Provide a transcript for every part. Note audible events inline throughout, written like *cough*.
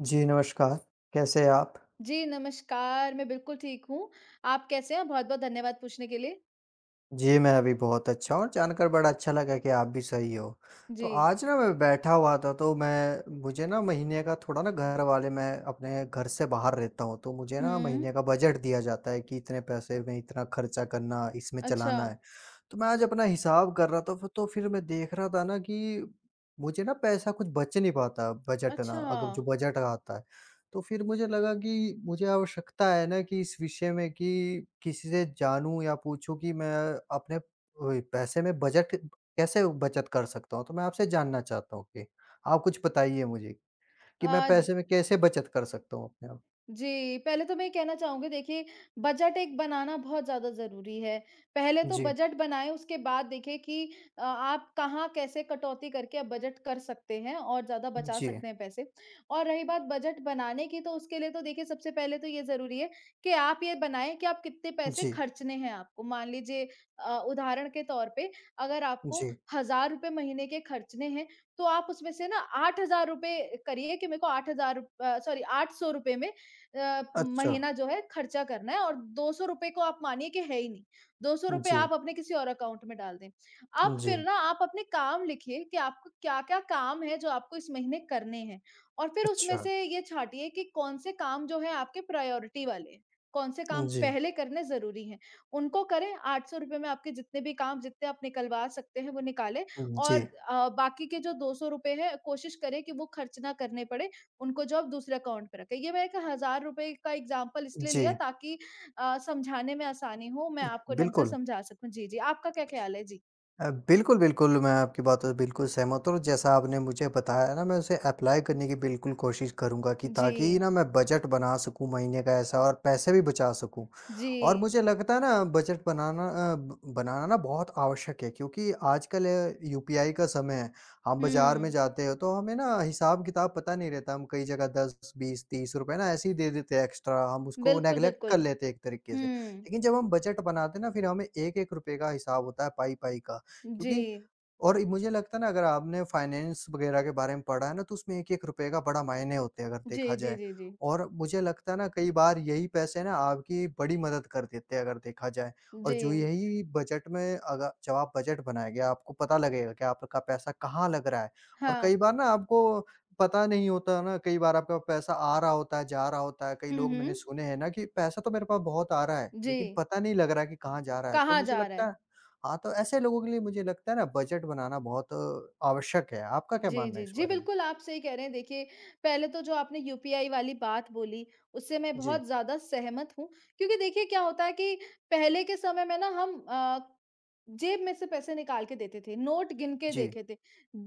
जी, नमस्कार। कैसे हैं आप? जी, नमस्कार, मैं बिल्कुल ठीक हूँ। आप कैसे हैं? बहुत-बहुत धन्यवाद पूछने के लिए। जी, मैं अभी बहुत अच्छा हूँ और जानकर बड़ा अच्छा लगा कि आप भी सही हो। तो जी। आज ना मैं बैठा हुआ था तो मैं मुझे ना महीने का थोड़ा ना घर वाले मैं अपने घर से बाहर रहता हूँ, तो मुझे ना हुँ। महीने का बजट दिया जाता है कि इतने पैसे में इतना खर्चा करना, इसमें अच्छा, चलाना है। तो मैं आज अपना हिसाब कर रहा था फ़िर मैं देख रहा था ना कि मुझे ना पैसा कुछ बच नहीं पाता बजट ना अच्छा। अगर जो बजट आता है। तो फ़िर मुझे लगा कि मुझे आवश्यकता है ना कि इस विषय में कि किसी से जानूँ या पूछूँ कि मैं अपने वही पैसे में बजट कैसे बचत कर सकता हूँ? तो मैं आपसे जानना चाहता हूँ कि आप कुछ बताइए मुझे कि मैं आज पैसे में कैसे बचत कर सकता हूँ अपने आप? जी, पहले तो मैं ये कहना चाहूँगी देखिए बजट एक बनाना बहुत ज़्यादा ज़रूरी है। पहले तो जी, बजट बनाएँ उसके बाद देखिए कि आप कहाँ कैसे कटौती करके आप बजट कर सकते हैं और ज़्यादा बचा जी, सकते हैं पैसे। और रही बात बजट बनाने की तो उसके लिए तो देखिए सबसे पहले तो ये ज़रूरी है कि आप ये बनाएँ कि आप कितने पैसे जी, खर्चने हैं आपको। मान लीजिए उदाहरण के तौर पे अगर आपको जी। ₹1000 महीने के खर्चने हैं, तो आप उसमें से ना ₹8000 करिए कि मेरे को 8000 सॉरी ₹800 में अ, अच्छा। महीना जो है खर्चा करना है और ₹200 को आप मानिए कि है ही नहीं। ₹200 जी, आप अपने किसी और अकाउंट में डाल दें। आप फिर जी, ना आप अपने काम लिखिए कि आपको क्या-क्या काम है जो आपको इस महीने करने हैं और फिर उसमें अच्छा, से ये छाँटिए कि कौन से काम जो है आपके प्रायोरिटी वाले हैं। कौन से काम जी। पहले करने ज़रूरी हैं। उनको करें, ₹800 में आपके जितने भी काम जितने आप निकलवा सकते हैं वो निकालें जी, और बाकी के जो ₹200 हैं कोशिश करें कि वो खर्च ना करने पड़े उनको जॉब दूसरे अकाउंट पे रखें। ये मैं एक ₹1000 का एग्ज़ाम्पल इसलिए लिया जी, ताकि समझाने में आसानी हो, मैं आपको ढंग से बिल्कुल। समझा सकूँ। जी, जी, आपका क्या ख़्याल है? जी। बिल्कुल, बिल्कुल, मैं आपकी बातों से बिल्कुल सहमत हूँ और जैसा आपने मुझे बताया ना मैं उसे अप्लाई करने की बिल्कुल कोशिश करूँगा कि जी, ताकि ना मैं बजट बना सकूँ महीने का ऐसा और पैसे भी बचा सकूँ। और जी। मुझे लगता है ना बजट बनाना अ, ब बनाना ना बहुत आवश्यक है क्योंकि आजकल यूपीआई का समय है। हम बाज़ार में हुँ, जाते हैं तो हमें ना हिसाब-किताब पता नहीं रहता, हम कई जगह 10, 20, 30 रुपए ना ऐसे ही दे देते हैं एक्स्ट्रा, हम उसको बिल्कुल, नेग्लेक्ट बिल्कुल। कर लेते हैं एक तरीके से। हुँ, लेकिन जब हम बजट बनाते हैं ना फिर हमें 1-1 रुपए का हिसाब होता है पाई-पाई का। जी। क्योंकि और मुझे लगता है ना अगर आपने फाइनेंस वगैरह के बारे में पढ़ा है ना तो उसमें एक-एक रुपए का बड़ा मायने होते हैं अगर जी, देखा जी, जाए। जी, जी। और मुझे लगता है ना कई बार यही पैसे ना आपकी बड़ी मदद कर देते हैं अगर देखा जाए। और जी, जो यही बजट में अगर जब आप बजट बनाएँगे आपको पता लगेगा कि आपका पैसा कहाँ लग रहा है। और हाँ। कई बार ना आपको पता नहीं होता है ना कई बार आपका पैसा आ रहा होता है, जा रहा होता है। कई हुँ, लोग मैंने हुँ। सुने हैं ना कि पैसा तो मेरे पास बहुत आ रहा है, जी, लेकिन पता नहीं लग रहा है कि कहाँ जा रहा है। तो कहाँ मुझे जा रहा लगता है? है हाँ, तो ऐसे लोगों के लिए मुझे लगता है ना बजट बनाना बहुत आवश्यक है। आपका क्या जी, मानना है जी। इस जी, बारे में? बिल्कुल, आप सही कह रहे हैं। देखिए, पहले तो जो आपने यूपीआई वाली बात बोली, उससे मैं जी, बहुत ज़्यादा सहमत हूँ क्योंकि देखिए क्या होता है कि पहले के समय में ना हम जेब में से पैसे निकाल के देते थे, नोट गिन के जी, देखे थे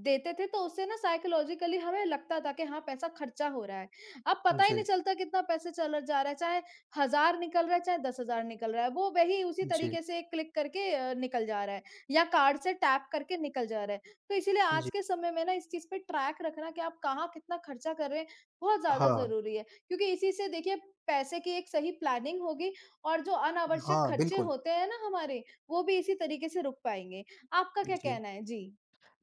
देते थे तो उससे ना साइकोलॉजिकली हमें लगता था कि हाँ, पैसा खर्चा हो रहा है। अब पता जी, ही नहीं चलता कितना पैसे चला जा रहा है, चाहे 1000 निकल रहा है, चाहे 10,000 निकल रहा है। वो वही उसी जी, तरीके से क्लिक करके निकल जा रहा है या कार्ड से टैप करके निकल जा रहा है। तो इसीलिए जी। आज के समय में ना इस चीज़ पे ट्रैक रखना कि आप कहाँ कितना खर्चा कर रहे हैं, बहुत ज़्यादा हाँ, ज़रूरी है। क्योंकि इसी से देखिए पैसे की एक सही प्लानिंग होगी और जो अनावश्यक हाँ, खर्चे बिल्कुल। होते हैं ना हमारे, वो भी इसी तरीके से रुक पाएँगे। आपका क्या जी। कहना है? जी।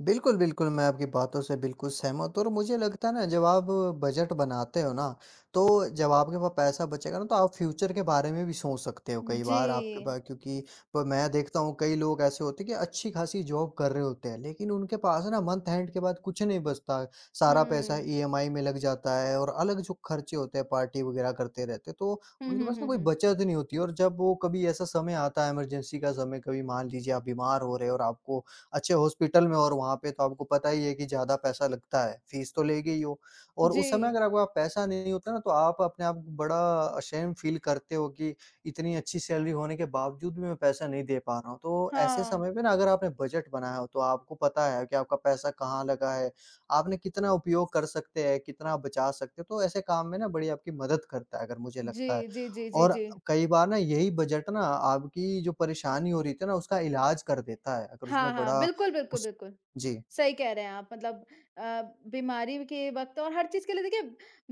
बिल्कुल, बिल्कुल, मैं आपकी बातों से बिल्कुल सहमत हूँ और मुझे लगता है ना जब आप बजट बनाते हो ना, तो जब आपके पास पैसा बचेगा ना तो आप फ्यूचर के बारे में भी सोच सकते हो कई जी। बार आपके पास क्योंकि प मैं देखता हूँ कई लोग ऐसे होते हैं कि अच्छी-खासी जॉब कर रहे होते हैं, लेकिन उनके पास ना मंथ एंड के बाद कुछ नहीं बचता, सारा पैसा हुँ। ईएमआई में लग जाता है और अलग जो खर्चे होते हैं पार्टी वगैरह करते रहते हैं, तो हुँ, उनके हुँ, पास ना हुँ, कोई हुँ। बचत नहीं होती और जब वो कभी ऐसा समय आता है इमरजेंसी का समय, कभी मान लीजिए आप बीमार हो रहे हो और आपको अच्छे हॉस्पिटल में और वहाँ पे तो आपको पता ही है कि ज़्यादा पैसा लगता है, फीस तो लेगी ही वो और उस समय जी। अगर आपके पास पैसा नहीं होता ना तो आप अपने आप को बड़ा अशेम्ड फ़ील करते हो कि इतनी अच्छी सैलरी होने के बावजूद भी मैं पैसा नहीं दे पा रहा हूँ। तो ऐसे हाँ। समय पे ना अगर आपने बजट बनाया हो तो आपको पता है कि आपका पैसा कहाँ लगा है, आपने कितना उपयोग कर सकते हैं, कितना आप बचा सकते हो, तो ऐसे काम में ना बड़ी आपकी मदद करता है अगर मुझे जी, लगता है। जी, जी, जी, और जी। कई बार ना यही बजट ना आपकी जो परेशानी हो रही थी ना उसका इलाज कर देता है, अगर उसमें हाँ, हाँ। बड़ा बिल्कुल, बिल्कुल, उस बिल्कुल। जी, सही कह रहे हैं आप मतलब अ, बीमारी के वक़्त और हर चीज़ के लिए देखिए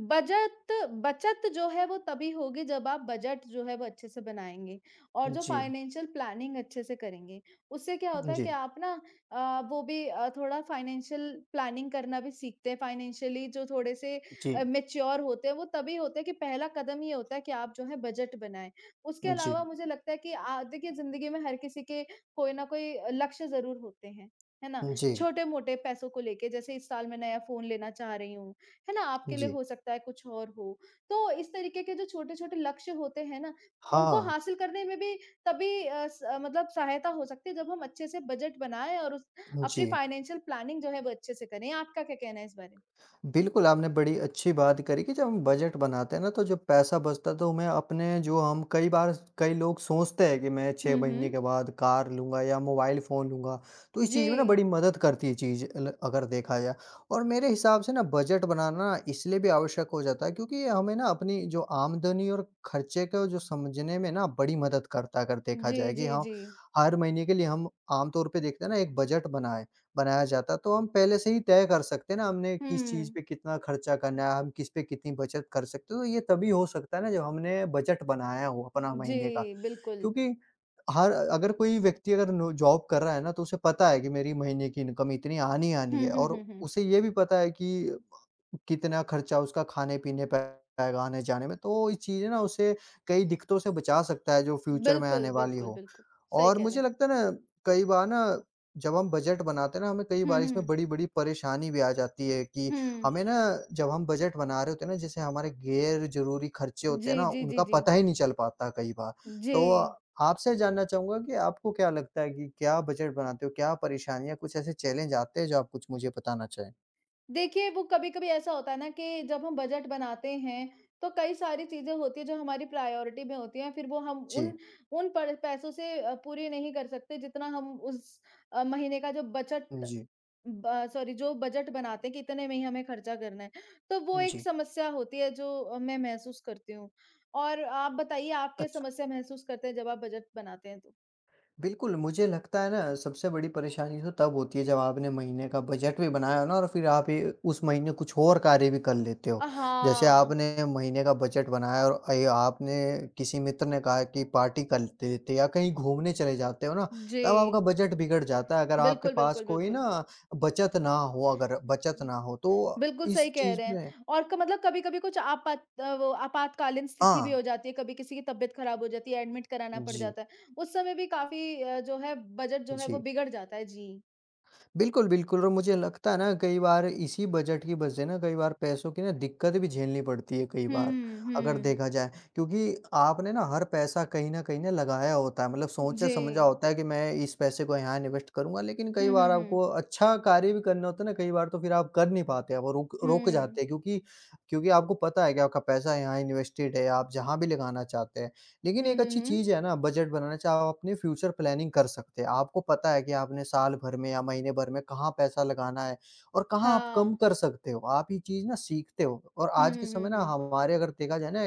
बजट बचत जो है वो तभी होगी जब आप बजट जो है वो अच्छे से बनाएँगे और जो जी, फाइनेंशियल प्लानिंग अच्छे से करेंगे। उससे क्या होता है कि जी, आप ना वो भी थोड़ा फाइनेंशियल प्लानिंग करना भी सीखते हैं, फाइनेंशियली जो थोड़े से जी, मैच्योर होते हैं वो तभी होते हैं कि पहला कदम ये होता है कि आप जो है बजट बनाएँ। उसके जी, अलावा मुझे लगता है कि आ देखिए ज़िंदगी में हर किसी के कोई ना कोई लक्ष्य ज़रूर होते हैं, है ना? जी, छोटे-मोटे पैसों को लेके जैसे इस साल मैं नया फ़ोन लेना चाह रही हूँ, है ना? आपके लिए जी। हो सकता है कुछ और हो। तो इस तरीके के जो छोटे-छोटे लक्ष्य होते हैं ना, उनको हाँ, हासिल करने में भी तभी मतलब सहायता हो सकती है जब हम अच्छे से बजट बनाएँ और उस जी। अपनी फाइनेंशियल प्लानिंग जो है वो अच्छे से करें। आपका क्या कहना है इस बारे? बिल्कुल, आपने बड़ी अच्छी बात करी कि जब हम बजट बनाते हैं ना तो जो पैसा बचता है तो हमें अपने जो हम कई बार कई लोग सोचते हैं कि मैं 6 हुँ, हुँ। महीने के बाद कार लूँगा या मोबाइल फ़ोन लूँगा। तो इस जी। चीज़ में ना बड़ी मदद करती है चीज़ ल अगर देखा जाए। और मेरे हिसाब से ना बजट बनाना इसलिए भी आवश्यक हो जाता है क्योंकि ये हमें ना अपनी जो आमदनी और खर्चे को जो समझने में ना बड़ी मदद करता है अगर देखा जी, जाए कि जी, हाँ, जी। हर महीने के लिए हम आम तौर पे देखते हैं ना एक बजट बनाएँ। बनाया जाता, तो हम पहले से ही तय कर सकते हैं ना, हमने किस चीज़ हुँ। पे कितना खर्चा करना है, हम किस पे कितनी बचत कर सकते हैं, तो ये तभी हो सकता है ना जब हमने बजट बनाया हो अपना जी, महीने का। बिल्कुल। क्योंकि हर अगर कोई व्यक्ति अगर नो जॉब कर रहा है ना, तो उसे पता है कि मेरी महीने की इनकम इतनी आनी आनी हुँ, है हुँ, और हुँ, हुँ। उसे ये भी पता है कि कितना खर्चा उसका खाने-पीने पे आएगा, आने-जाने में, तो ये चीज़ें ना उसे कई दिक्कतों से बचा सकता है जो फ्यूचर में आने बिल्कुल, वाली बिल्कुल, हो। बिल्कुल। सही और कह रहे मुझे हैं। लगता है ना, कई बार ना जब हम बजट बनाते हैं ना, हमें कई हुँ, बार हुँ, इसमें हुँ। बड़ी-बड़ी परेशानी भी आ जाती है कि हुँ। हमें ना जब हम बजट बना रहे होते हैं ना, जैसे हमारे गैर ज़रूरी खर्चे होते जी, हैं ना, जी, जी, उनका जी। पता ही नहीं चल पाता कई बार। जी। तो आपसे जानना चाहूँगा कि आपको क्या लगता है कि क्या बजट बनाते हो? क्या परेशानियाँ कुछ ऐसे चैलेंज आते हैं जो आप कुछ मुझे बताना चाहें? देखिए, वो कभी-कभी ऐसा होता है ना कि जब हम बजट बनाते हैं, तो कई सारी चीज़ें होती हैं जो हमारी प्रायोरिटी में होती हैं, फिर वो हम जी। उन उन पर पैसों से पूरी नहीं कर सकते जितना हम उस महीने का जो बचत जी। ब सॉरी जो बजट बनाते हैं कि इतने में ही हमें खर्चा करना है। तो वो एक जी। समस्या होती है जो मैं महसूस करती हूँ। और आप बताइए आप क्या अच्छा। समस्या महसूस करते हैं जब आप बजट बनाते हैं तो? बिल्कुल, मुझे लगता है ना सबसे बड़ी परेशानी तो तब होती है जब आपने महीने का बजट भी बनाया हो ना और फिर आप ये उस महीने कुछ और कार्य भी कर लेते हो। जैसे हाँ। आपने महीने का बजट बनाया और अय आपने किसी मित्र ने कहा कि पार्टी कर लेते या कहीं घूमने चले जाते हो ना, जी। तब आपका बजट बिगड़ जाता है। अगर आपके बिल्कुल, पास बिल्कुल, कोई बिल्कुल। ना बचत ना हो अगर बचत ना हो तो बिल्कुल इस सही कह चीज़ रहे हैं में और क मतलब कभी-कभी कुछ वो आपातकालीन स्थिति भी हाँ, हो जाती है, कभी किसी की तबीयत खराब हो जाती है, एडमिट कराना पड़ जी, जाता है। उस समय भी काफ़ी जो है बजट जो है वो जी। बिगड़ जाता है। जी। बिल्कुल, बिल्कुल और मुझे लगता है ना कई बार इसी बजट की वजह से ना कई बार पैसों की ना दिक्कत भी झेलनी पड़ती है कई हुँ, बार, हुँ, अगर हुँ। देखा जाए। क्योंकि आपने ना हर पैसा कहीं न कहीं ना लगाया होता है मतलब जी। सोचा-समझा होता है कि मैं इस पैसे को यहाँ इन्वेस्ट करूँगा लेकिन कई हुँ, बार हुँ, आपको हुँ। अच्छा कार्य भी करना होता है ना कई बार तो फिर आप कर नहीं पाते, आप रुक रुक जाते हुँ। हैं क्योंकि क्योंकि आपको पता है कि आपका पैसा यहाँ इन्वेस्टेड है, आप जहाँ भी लगाना चाहते हैं। लेकिन हुँ, एक हुँ, अच्छी हुँ। चीज़ है ना बजट बनाना, चाहे आप अपनी फ्यूचर प्लानिंग कर सकते हैं। आपको पता है कि आपने साल भर में या महीने भर में कहाँ पैसा लगाना है और कहाँ आप कम हाँ। कर सकते हो। आप ये चीज़ ना सीखते हो और हुँ, आज के हुँ, हुँ, समय ना हुँ। हमारे अगर देखा जाए ना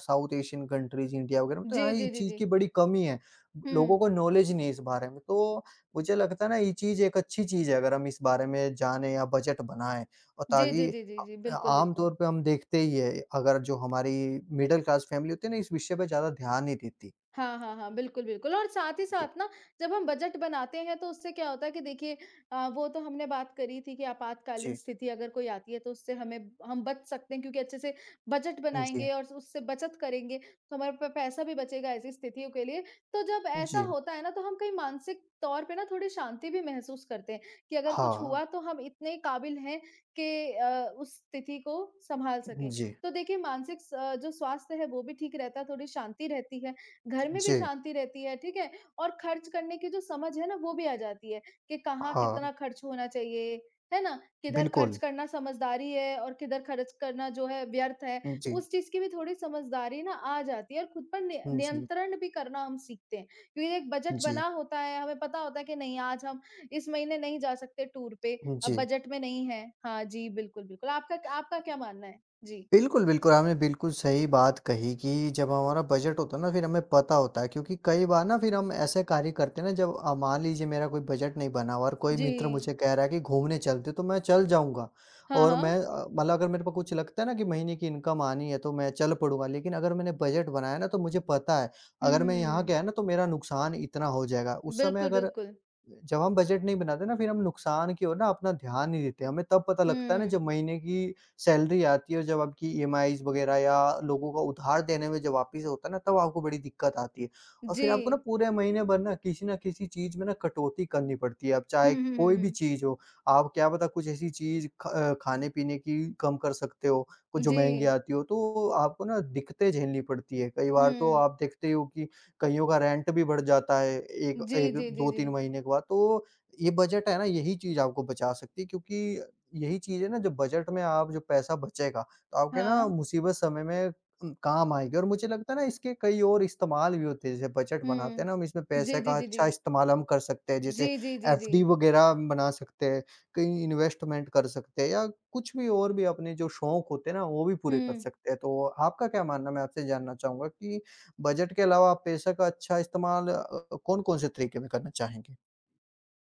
साउथ एशियन कंट्रीज़, इंडिया वगैरह में तो जी, यहाँ इस जी, जी, चीज़ जी। की बड़ी कमी है। हुँ। लोगों को नॉलेज नहीं है इस बारे में। तो मुझे लगता है ना ये चीज़ एक अच्छी चीज़ है अगर हम इस बारे में जानें या बजट बनाएँ और जी, ताकि जी, जी, जी, जी। बिल्कुल, आम बिल्कुल। तौर पे हम देखते ही है, अगर जो हमारी मिडल क्लास फ़ैमिली होती है ना, इस विषय पे ज़्यादा ध्यान नहीं देती। हाँ, हाँ, हाँ। बिल्कुल, बिल्कुल और साथ ही जी, साथ ना जब हम बजट बनाते हैं तो उससे क्या होता है कि देखिए वो तो हमने बात करी थी कि आपातकालीन जी, स्थिति अगर कोई आती है तो उससे हमें हम बच सकते हैं क्योंकि अच्छे से बजट जी, बनाएँगे और उससे बचत करेंगे, तो हमारे पे पैसा भी बचेगा ऐसी स्थितियों के लिए। तो जब ऐसा जी, होता है ना तो हम कहीं मानसिक तौर पे ना थोड़ी शांति भी महसूस करते हैं कि अगर कुछ हाँ, हुआ तो हम इतने काबिल हैं कि उस स्थिति को सँभाल सकें। जी, तो देखिए मानसिक स जो स्वास्थ्य है वो भी ठीक रहता है, थोड़ी शांति रहती है। घर में भी जी, शांति रहती है, ठीक है? और खर्च करने की जो समझ है ना, वो भी आ जाती है कि कहाँ हाँ, कितना खर्च होना चाहिए, है ना? किधर खर्च बिल्कुल। करना समझदारी है और किधर खर्च करना जो है व्यर्थ है, जी, उस चीज़ की भी थोड़ी समझदारी ना आ जाती है और खुद पर नि जी, नियंत्रण भी करना हम सीखते हैं। क्योंकि एक बजट जी, बना होता है, हमें पता होता है कि नहीं आज हम इस महीने नहीं जा सकते टूर पे, अब जी। बजट में नहीं है। हाँ जी, बिल्कुल, बिल्कुल। आपका आपका क्या मानना है? जी। बिल्कुल, बिल्कुल, आपने बिल्कुल सही बात कही कि जब हमारा बजट होता है ना, फिर हमें पता होता है क्योंकि कई बार ना फिर हम ऐसे कार्य करते हैं ना जब मान लीजिए मेरा कोई बजट नहीं बना हुआ और कोई जी। मित्र मुझे कह रहा है कि घूमने चलते, तो मैं चल जाऊँगा हाँ, और मैं हाँ। मतलब अगर मेरे को कुछ लगता है ना कि महीने की इनकम आनी है, तो मैं चल पड़ूँगा। लेकिन अगर मैंने बजट बनाया ना, तो मुझे पता है, अगर मैं यहाँ हुँ, गया ना, तो मेरा नुकसान इतना हो जाएगा। उस समय बिल्कुल, अगर बिल्कुल। जब हम बजट नहीं बनाते ना फिर हम नुकसान की ओर ना अपना ध्यान नहीं देते। हमें तब पता लगता है ना हुँ। जब महीने की सैलरी आती है और जब आपकी ईएमआईज़ वग़ैरह या लोगों का उधार देने में जब वापिस होता है ना तब आपको बड़ी दिक्कत आती है। और जी। फिर आपको ना पूरे महीने भर ना किसी न किसी चीज़ में ना कटौती करनी पड़ती है। अब हुँ, चाहे हुँ, हुँ, कोई भी हुँ। चीज़ हो, आप क्या पता कुछ ऐसी चीज़ खाने-पीने की कम कर सकते हो, कुछ जो जी। महँगी आती हो तो आपको ना दिक्कतें झेलनी पड़ती है। कई बार तो हुँ। आप देखते हो कि कईयों का रेंट भी बढ़ जाता है, एक जी, एक जी, जी, जी। 2-3 महीने के बाद, तो ये बजट है ना, यही चीज़ आपको बचा सकती है क्योंकि यही चीज़ है ना, जो बजट में आप जो पैसा बचेगा, तो आपके ना हाँ। मुसीबत समय में काम आएगी और मुझे लगता है ना, इसके कई और इस्तेमाल भी होते हैं। जैसे बजट बनाते हैं हुँ। ना, हम इसमें पैसे जी, जी, का जी, जी। अच्छा इस्तेमाल हम कर सकते हैं, जैसे जी, जी, जी, जी। एफडी वगैरह बना सकते हैं, कहीं इन्वेस्टमेंट कर सकते हैं या कुछ भी और भी अपने जो शौक होते हैं ना, वो भी पूरे कर हुँ। सकते हैं। तो आपका क्या मानना है? मैं आपसे जानना चाहूँगा कि बजट के अलावा आप पैसे का अच्छा इस्तेमाल कौन-कौन से तरीके में करना चाहेंगे?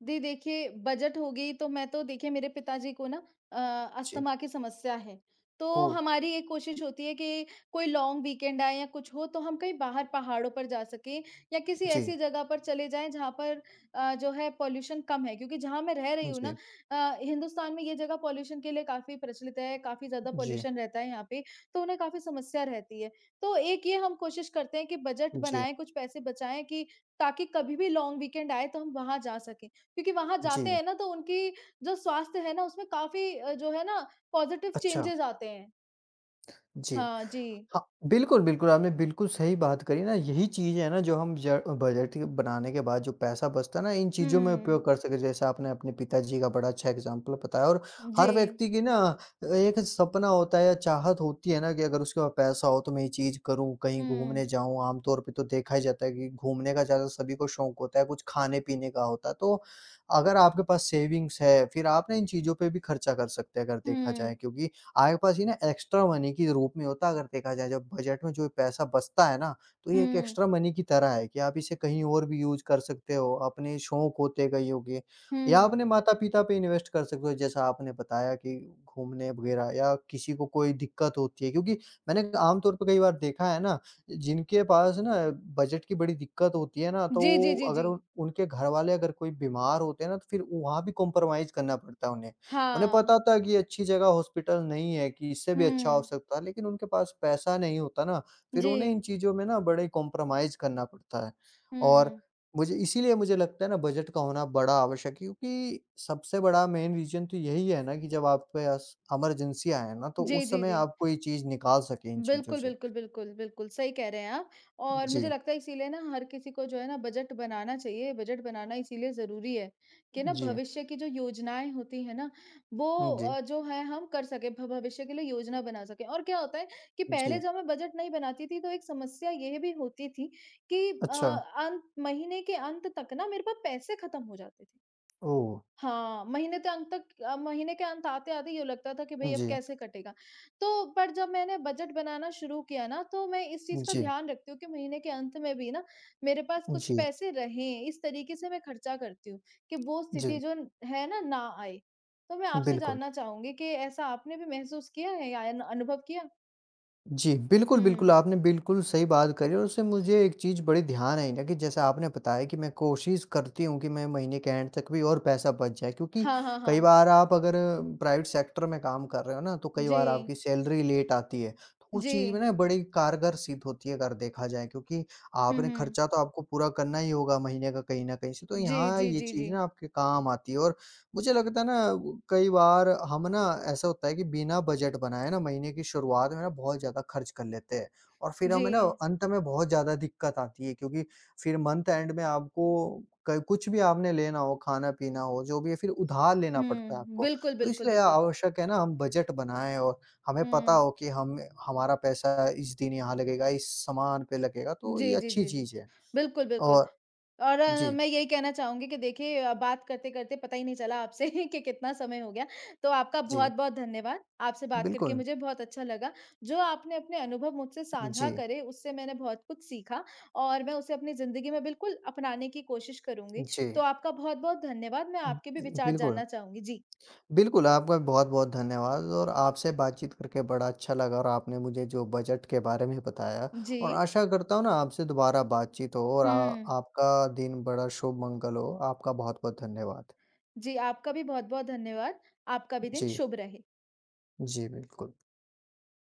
जी देखिए, बजट होगी तो मैं तो देखिए मेरे पिताजी को ना अ, जी। अस्थमा की समस्या है। तो ओह! हमारी एक कोशिश होती है कि कोई लॉन्ग वीकेंड आए या कुछ हो तो हम कहीं बाहर पहाड़ों पर जा सकें या किसी जी, ऐसी जगह पर चले जाएँ जहाँ पर जो है पॉल्यूशन कम है। क्योंकि जहाँ मैं रह रही हूँ ना जी, हिंदुस्तान में ये जगह पॉल्यूशन के लिए काफ़ी प्रचलित है, काफ़ी ज़्यादा जी, पॉल्यूशन रहता है यहाँ पे, तो उन्हें काफ़ी समस्या रहती है। तो एक ये हम कोशिश करते हैं कि बजट जी, बनाएँ, कुछ पैसे बचाएँ कि ताकि कभी भी लॉन्ग वीकेंड आए तो हम वहाँ जा सकें। क्योंकि वहाँ जी। जाते हैं ना तो उनकी जो स्वास्थ्य है ना उसमें काफ़ी जो है ना पॉज़िटिव अच्छा, चेंजेज़ आते हैं। जी। हाँ जी। हाँ, बिल्कुल, बिल्कुल, आपने बिल्कुल सही बात करी ना, यही चीज़ है ना जो हम ज बजट के बनाने के बाद जो पैसा बचता है ना, इन चीज़ों में उपयोग हुँ। कर सकें, जैसे आपने अपने पिताजी का बड़ा अच्छा एग्ज़ाम्पल बताया और जी। हर व्यक्ति की ना एक सपना होता है या चाहत होती है ना कि अगर उसके पास पैसा हो तो मैं ये चीज़ करूँ, कहीं हुँ, घूमने जाऊँ, आमतौर पे तो देखा ही जाता है कि घूमने का ज़्यादा सभी को शौक होता है, कुछ खाने-पीने का होता है। तो अगर आपके पास सेविंग्स है, फिर आप ना इन चीज़ों पे भी खर्चा कर सकते हैं अगर देखा जाए हुँ, क्योंकि आपके पास ये ना एक्स्ट्रा मनी के रूप में होता है अगर देखा जाए जब बजट में जो पैसा बचता है ना, तो ये एक हुँ, एक्स्ट्रा मनी की तरह है कि आप इसे कहीं और भी यूज़ कर सकते हो, अपने शौक होते कइयों के या हुँ। अपने माता-पिता पे इन्वेस्ट कर सकते हो जैसा आपने बताया कि घूमने वगैरह या किसी को कोई दिक्कत होती है क्योंकि मैंने आम तौर पे कई बार देखा है ना, जिनके पास ना बजट की बड़ी दिक्कत होती है ना, तो जी, जी, वो जी, अगर जी। उन उनके घरवाले अगर कोई बीमार होते हैं ना, तो फिर वहाँ भी कॉम्प्रोमाइज़ करना पड़ता है उन्हें। उन्हें हाँ। पता था कि ये अच्छी जगह हॉस्पिटल नहीं है कि इससे भी अच्छा हो हुँ। सकता है, लेकिन उनके पास पैसा नहीं होता ना, फिर जी। उन्हें इन चीज़ों में ना बड़े कॉम्प्रोमाइज़ करना पड़ता है। और हुँ। मुझे इसीलिए मुझे लगता है ना बजट का होना बड़ा आवश्यक है क्योंकि सबसे बड़ा मेन रीज़न तो यही है ना कि जब आपके पास इमरजेंसी आए ना, तो जी, उस जी, समय जी। आप कोई चीज़ निकाल सकें इन चीज़ों बिल्कुल, से। बिल्कुल, बिल्कुल, बिल्कुल, सही कह रहे हैं आप और मुझे जी, लगता है इसीलिए ना हर किसी को जो है ना बजट बनाना चाहिए, बजट बनाना इसीलिए ज़रूरी है कि ना जी, भविष्य की जो योजनाएँ होती हैं ना, वो जी, जो है हम कर सकें, भ भविष्य के लिए योजना बना सकें और क्या होता है कि पहले जी। जब मैं बजट नहीं बनाती थी, तो एक समस्या ये भी होती थी कि अ, अच्छा, अंत महीने के अंत तक ना मेरे पास पैसे खत्म हो जाते थे। ओह! हाँ, महीने के अंत तक महीने के अंत आते-आते यूँ लगता था कि भई अब जी, कैसे कटेगा? तो पर जब मैंने बजट बनाना शुरू किया ना, तो मैं इस चीज़ का जी, ध्यान रखती हूँ कि महीने के अंत में भी ना मेरे पास कुछ जी, पैसे रहें, इस तरीके से मैं खर्चा करती हूँ कि वो जी, स्थिति जो है ना, ना आए। तो मैं आपसे बिल्कुल। जानना चाहूँगी कि ऐसा आपने भी महसूस किया है या अन अनुभव किया? जी, बिल्कुल, हुँ। बिल्कुल, आपने बिल्कुल सही बात करी और उससे मुझे एक चीज़ बड़ी ध्यान आई ना कि जैसे आपने बताया कि मैं कोशिश करती हूँ कि मैं महीने के एंड तक भी और पैसा बच जाए क्योंकि हाँ, हाँ, कई हाँ। बार आप अगर प्राइवेट सेक्टर में काम कर रहे हो ना, तो कई जी। बार आपकी सैलरी लेट आती है। तो उस जी। चीज़ में ना बड़ी कारगर सिद्ध होती है अगर देखा जाए क्योंकि हुँ, आपने हुँ। खर्चा तो आपको पूरा करना ही होगा महीने का कहीं न कहीं से, तो जी, यहाँ जी, ये जी, जी। चीज़ ना आपके काम आती है और मुझे लगता है ना कई बार हम ना ऐसा होता है कि बिना बजट बनाए ना महीने की शुरुआत में ना बहुत ज़्यादा खर्च कर लेते हैं और फिर जी। हमें ना अंत में बहुत ज़्यादा दिक्कत आती है क्योंकि फिर मंथ एंड में आपको कुछ भी आपने लेना हो, खाना पीना हो, जो भी है फिर उधार लेना हुँ, पड़ता है आपको। बिल्कुल, तो बिल्कुल, इसलिए बिल्कुल। आवश्यक है ना हम बजट बनाएं और हमें पता हुँ। हो कि हम हमारा पैसा इस दिन यहाँ लगेगा, इस सामान पे लगेगा, तो ये जी, जी, अच्छी जी, जी। चीज़ है बिल्कुल, बिल्कुल और और जी। मैं यही कहना चाहूँगी कि देखिए बात करते-करते पता ही नहीं चला आपसे *laughs* कि कितना समय हो गया। तो आपका जी बहुत-बहुत धन्यवाद। आपसे बात करके बिल्कुल। मुझे बहुत अच्छा लगा। जो आपने अपने अनुभव मुझसे साझा जी। करे, उससे मैंने बहुत कुछ सीखा और मैं उसे अपनी ज़िंदगी में बिल्कुल अपनाने की कोशिश करूँगी। जी तो आपका बहुत-बहुत धन्यवाद। मैं आपके भी विचार बिल्कुल। जानना चाहूँगी। जी। बिल्कुल, आपका भी बहुत-बहुत धन्यवाद और आपसे बातचीत करके बड़ा अच्छा लगा और आपने मुझे जो बजट के बारे में बताया जी। और आशा करता हूँ ना आपसे दोबारा बातचीत हो और आ हुँ। आपका दिन बड़ा शुभ मंगल हो। आपका बहुत-बहुत धन्यवाद। जी, आपका भी बहुत-बहुत धन्यवाद। आपका भी दिन जी, शुभ रहे। जी बिल्कुल।